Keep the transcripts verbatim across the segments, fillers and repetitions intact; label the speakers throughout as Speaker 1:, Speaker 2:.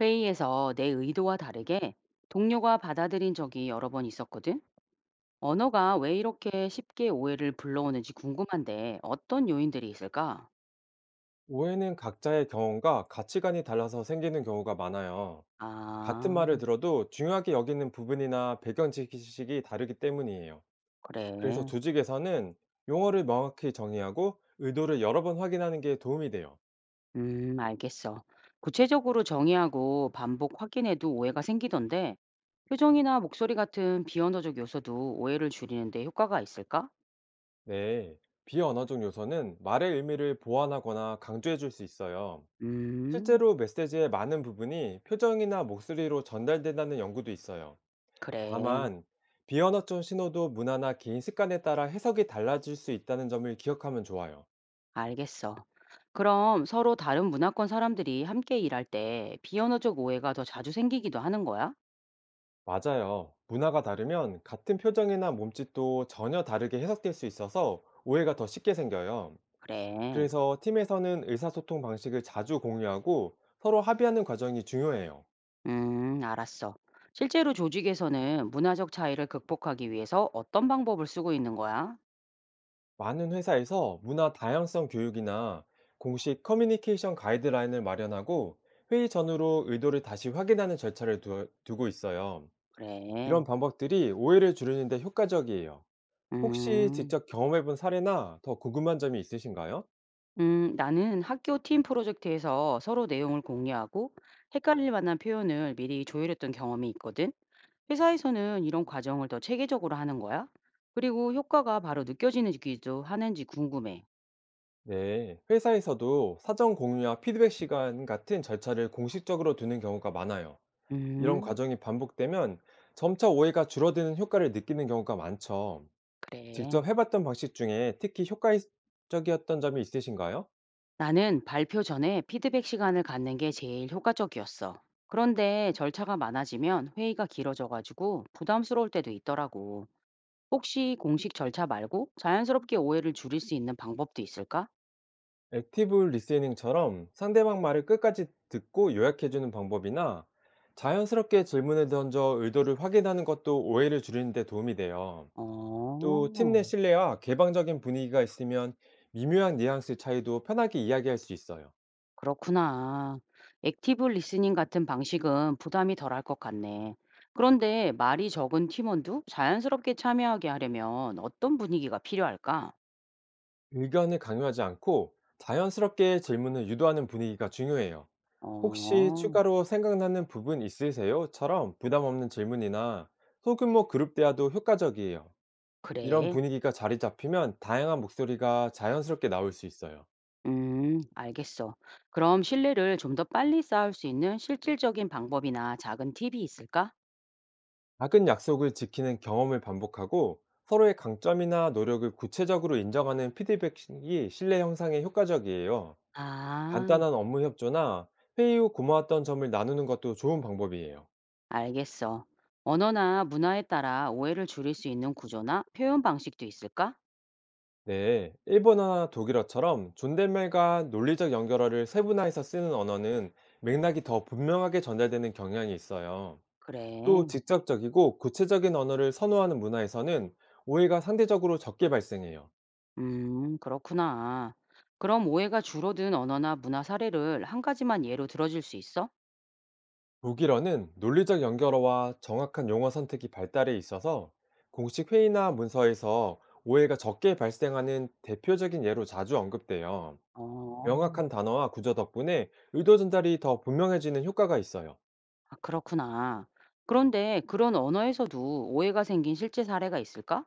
Speaker 1: 회의에서 내 의도와 다르게 동료가 받아들인 적이 여러 번 있었거든. 언어가 왜 이렇게 쉽게 오해를 불러오는지 궁금한데 어떤 요인들이 있을까?
Speaker 2: 오해는 각자의 경험과 가치관이 달라서 생기는 경우가 많아요. 같은 말을
Speaker 1: 아,
Speaker 2: 들어도 중요하게 여기는 부분이나 배경 지식이 다르기 때문이에요. 그래서
Speaker 1: 그래.
Speaker 2: 조직에서는 용어를 명확히 정의하고 의도를 여러 번 확인하는 게 도움이 돼요.
Speaker 1: 음, 알겠어. 구체적으로 정의하고 반복 확인해도 오해가 생기던데 표정이나 목소리 같은 비언어적 요소도 오해를 줄이는데 효과가 있을까?
Speaker 2: 네. 비언어적 요소는 말의 의미를 보완하거나 강조해 줄 수 있어요.
Speaker 1: 음,
Speaker 2: 실제로 메시지의 많은 부분이 표정이나 목소리로 전달된다는 연구도 있어요.
Speaker 1: 그래.
Speaker 2: 다만 비언어적 신호도 문화나 개인 습관에 따라 해석이 달라질 수 있다는 점을 기억하면 좋아요.
Speaker 1: 알겠어. 그럼 서로 다른 문화권 사람들이 함께 일할 때 비언어적 오해가 더 자주 생기기도 하는 거야?
Speaker 2: 맞아요. 문화가 다르면 같은 표정이나 몸짓도 전혀 다르게 해석될 수 있어서 오해가 더 쉽게 생겨요.
Speaker 1: 그래.
Speaker 2: 그래서 팀에서는 의사소통 방식을 자주 공유하고 서로 합의하는 과정이 중요해요.
Speaker 1: 음, 알았어. 실제로 조직에서는 문화적 차이를 극복하기 위해서 어떤 방법을 쓰고 있는 거야?
Speaker 2: 많은 회사에서 문화 다양성 교육이나 공식 커뮤니케이션 가이드라인을 마련하고 회의 전후로 의도를 다시 확인하는 절차를 두- 두고 있어요.
Speaker 1: 그래.
Speaker 2: 이런 방법들이 오해를 줄이는데 효과적이에요. 혹시
Speaker 1: 음.
Speaker 2: 직접 경험해 본 사례나 더 궁금한 점이 있으신가요?
Speaker 1: 음, 나는 학교 팀 프로젝트에서 서로 내용을 공유하고 헷갈릴 만한 표현을 미리 조율했던 경험이 있거든. 회사에서는 이런 과정을 더 체계적으로 하는 거야? 그리고 효과가 바로 느껴지는지도 하는지 궁금해.
Speaker 2: 네. 회사에서도 사전 공유와 피드백 시간 같은 절차를 공식적으로 두는 경우가 많아요. 이런
Speaker 1: 음,
Speaker 2: 과정이 반복되면 점차 오해가 줄어드는 효과를 느끼는 경우가 많죠.
Speaker 1: 그래.
Speaker 2: 직접 해봤던 방식 중에 특히 효과적이었던 점이 있으신가요?
Speaker 1: 나는 발표 전에 피드백 시간을 갖는 게 제일 효과적이었어. 그런데 절차가 많아지면 회의가 길어져가지고 부담스러울 때도 있더라고. 혹시 공식 절차 말고 자연스럽게 오해를 줄일 수 있는 방법도 있을까?
Speaker 2: 액티브 리스닝처럼 상대방 말을 끝까지 듣고 요약해주는 방법이나 자연스럽게 질문을 던져 의도를 확인하는 것도 오해를 줄이는 데 도움이 돼요.
Speaker 1: 어,
Speaker 2: 또 팀 내 신뢰와 개방적인 분위기가 있으면 미묘한 뉘앙스 차이도 편하게 이야기할 수 있어요.
Speaker 1: 그렇구나. 액티브 리스닝 같은 방식은 부담이 덜할 것 같네. 그런데 말이 적은 팀원도 자연스럽게 참여하게 하려면 어떤 분위기가 필요할까?
Speaker 2: 의견을 강요하지 않고 자연스럽게 질문을 유도하는 분위기가 중요해요. 혹시
Speaker 1: 어,
Speaker 2: 추가로 생각나는 부분 있으세요?처럼 부담 없는 질문이나 소규모 그룹 대화도 효과적이에요. 이런
Speaker 1: 그래.
Speaker 2: 분위기가 자리 잡히면 다양한 목소리가 자연스럽게 나올 수 있어요.
Speaker 1: 음, 알겠어. 그럼 신뢰를 좀 더 빨리 쌓을 수 있는 실질적인 방법이나 작은 팁이 있을까?
Speaker 2: 작은 약속을 지키는 경험을 반복하고 서로의 강점이나 노력을 구체적으로 인정하는 피드백이 신뢰 형성에 효과적이에요.
Speaker 1: 아,
Speaker 2: 간단한 업무 협조나 회의 후 고마웠던 점을 나누는 것도 좋은 방법이에요.
Speaker 1: 알겠어. 언어나 문화에 따라 오해를 줄일 수 있는 구조나 표현 방식도 있을까?
Speaker 2: 네, 일본어나 독일어처럼 존댓말과 논리적 연결어를 세분화해서 쓰는 언어는 맥락이 더 분명하게 전달되는 경향이 있어요. 또
Speaker 1: 그래.
Speaker 2: 직접적이고 구체적인 언어를 선호하는 문화에서는 오해가 상대적으로 적게 발생해요.
Speaker 1: 음, 그렇구나. 그럼 오해가 줄어든 언어나 문화 사례를 한 가지만 예로 들어줄 수 있어?
Speaker 2: 독일어는 논리적 연결어와 정확한 용어 선택이 발달해 있어서 공식 회의나 문서에서 오해가 적게 발생하는 대표적인 예로 자주 언급돼요.
Speaker 1: 어,
Speaker 2: 명확한 단어와 구조 덕분에 의도 전달이 더 분명해지는 효과가 있어요.
Speaker 1: 아, 그렇구나. 그런데 그런 언어에서도 오해가 생긴 실제 사례가 있을까?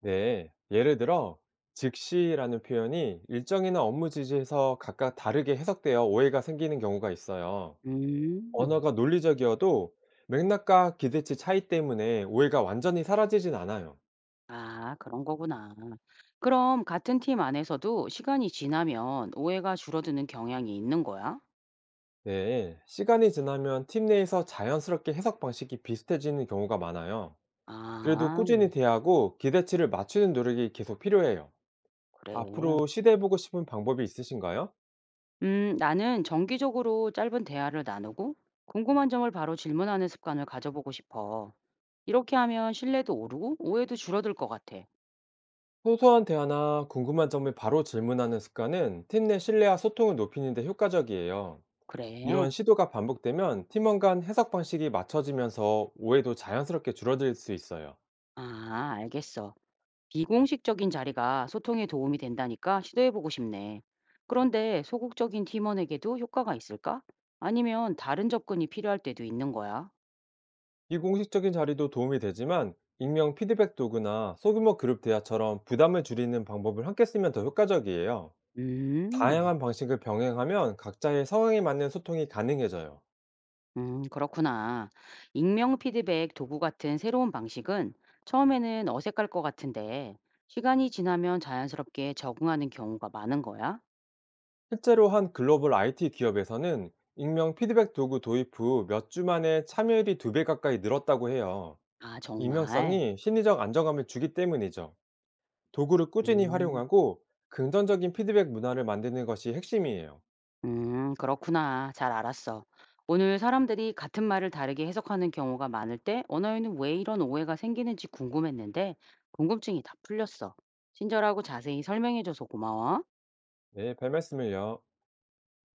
Speaker 2: 네, 예를 들어 즉시라는 표현이 일정이나 업무 지시에서 각각 다르게 해석되어 오해가 생기는 경우가 있어요.
Speaker 1: 음,
Speaker 2: 언어가 논리적이어도 맥락과 기대치 차이 때문에 오해가 완전히 사라지진 않아요.
Speaker 1: 아, 그런 거구나. 그럼 같은 팀 안에서도 시간이 지나면 오해가 줄어드는 경향이 있는 거야?
Speaker 2: 네, 시간이 지나면 팀 내에서 자연스럽게 해석 방식이 비슷해지는 경우가 많아요. 그래도
Speaker 1: 아,
Speaker 2: 꾸준히 대하고 기대치를 맞추는 노력이 계속 필요해요.
Speaker 1: 그래.
Speaker 2: 앞으로 시도해보고 싶은 방법이 있으신가요?
Speaker 1: 음, 나는 정기적으로 짧은 대화를 나누고 궁금한 점을 바로 질문하는 습관을 가져보고 싶어. 이렇게 하면 신뢰도 오르고 오해도 줄어들 것 같아.
Speaker 2: 소소한 대화나 궁금한 점을 바로 질문하는 습관은 팀 내 신뢰와 소통을 높이는 데 효과적이에요.
Speaker 1: 그래.
Speaker 2: 이런 시도가 반복되면 팀원 간 해석 방식이 맞춰지면서 오해도 자연스럽게 줄어들 수 있어요.
Speaker 1: 아, 알겠어. 비공식적인 자리가 소통에 도움이 된다니까 시도해보고 싶네. 그런데 소극적인 팀원에게도 효과가 있을까? 아니면 다른 접근이 필요할 때도 있는 거야?
Speaker 2: 이 공식적인 자리도 도움이 되지만 익명 피드백 도구나 소규모 그룹 대화처럼 부담을 줄이는 방법을 함께 쓰면 더 효과적이에요.
Speaker 1: 음.
Speaker 2: 다양한 방식을 병행하면 각자의 상황에 맞는 소통이 가능해져요.
Speaker 1: 음, 그렇구나. 익명 피드백 도구 같은 새로운 방식은 처음에는 어색할 것 같은데 시간이 지나면 자연스럽게 적응하는 경우가 많은 거야?
Speaker 2: 실제로 한 글로벌 아이티 기업에서는 익명 피드백 도구 도입 후 몇 주 만에 참여율이 두 배 가까이 늘었다고 해요.
Speaker 1: 아, 정말?
Speaker 2: 익명성이 심리적 안정감을 주기 때문이죠. 도구를 꾸준히
Speaker 1: 음,
Speaker 2: 활용하고 긍정적인 피드백 문화를 만드는 것이 핵심이에요.
Speaker 1: 음, 그렇구나. 잘 알았어. 오늘 사람들이 같은 말을 다르게 해석하는 경우가 많을 때 언어에는 왜 이런 오해가 생기는지 궁금했는데 궁금증이 다 풀렸어. 친절하고 자세히 설명해줘서 고마워.
Speaker 2: 네, 별 말씀을요.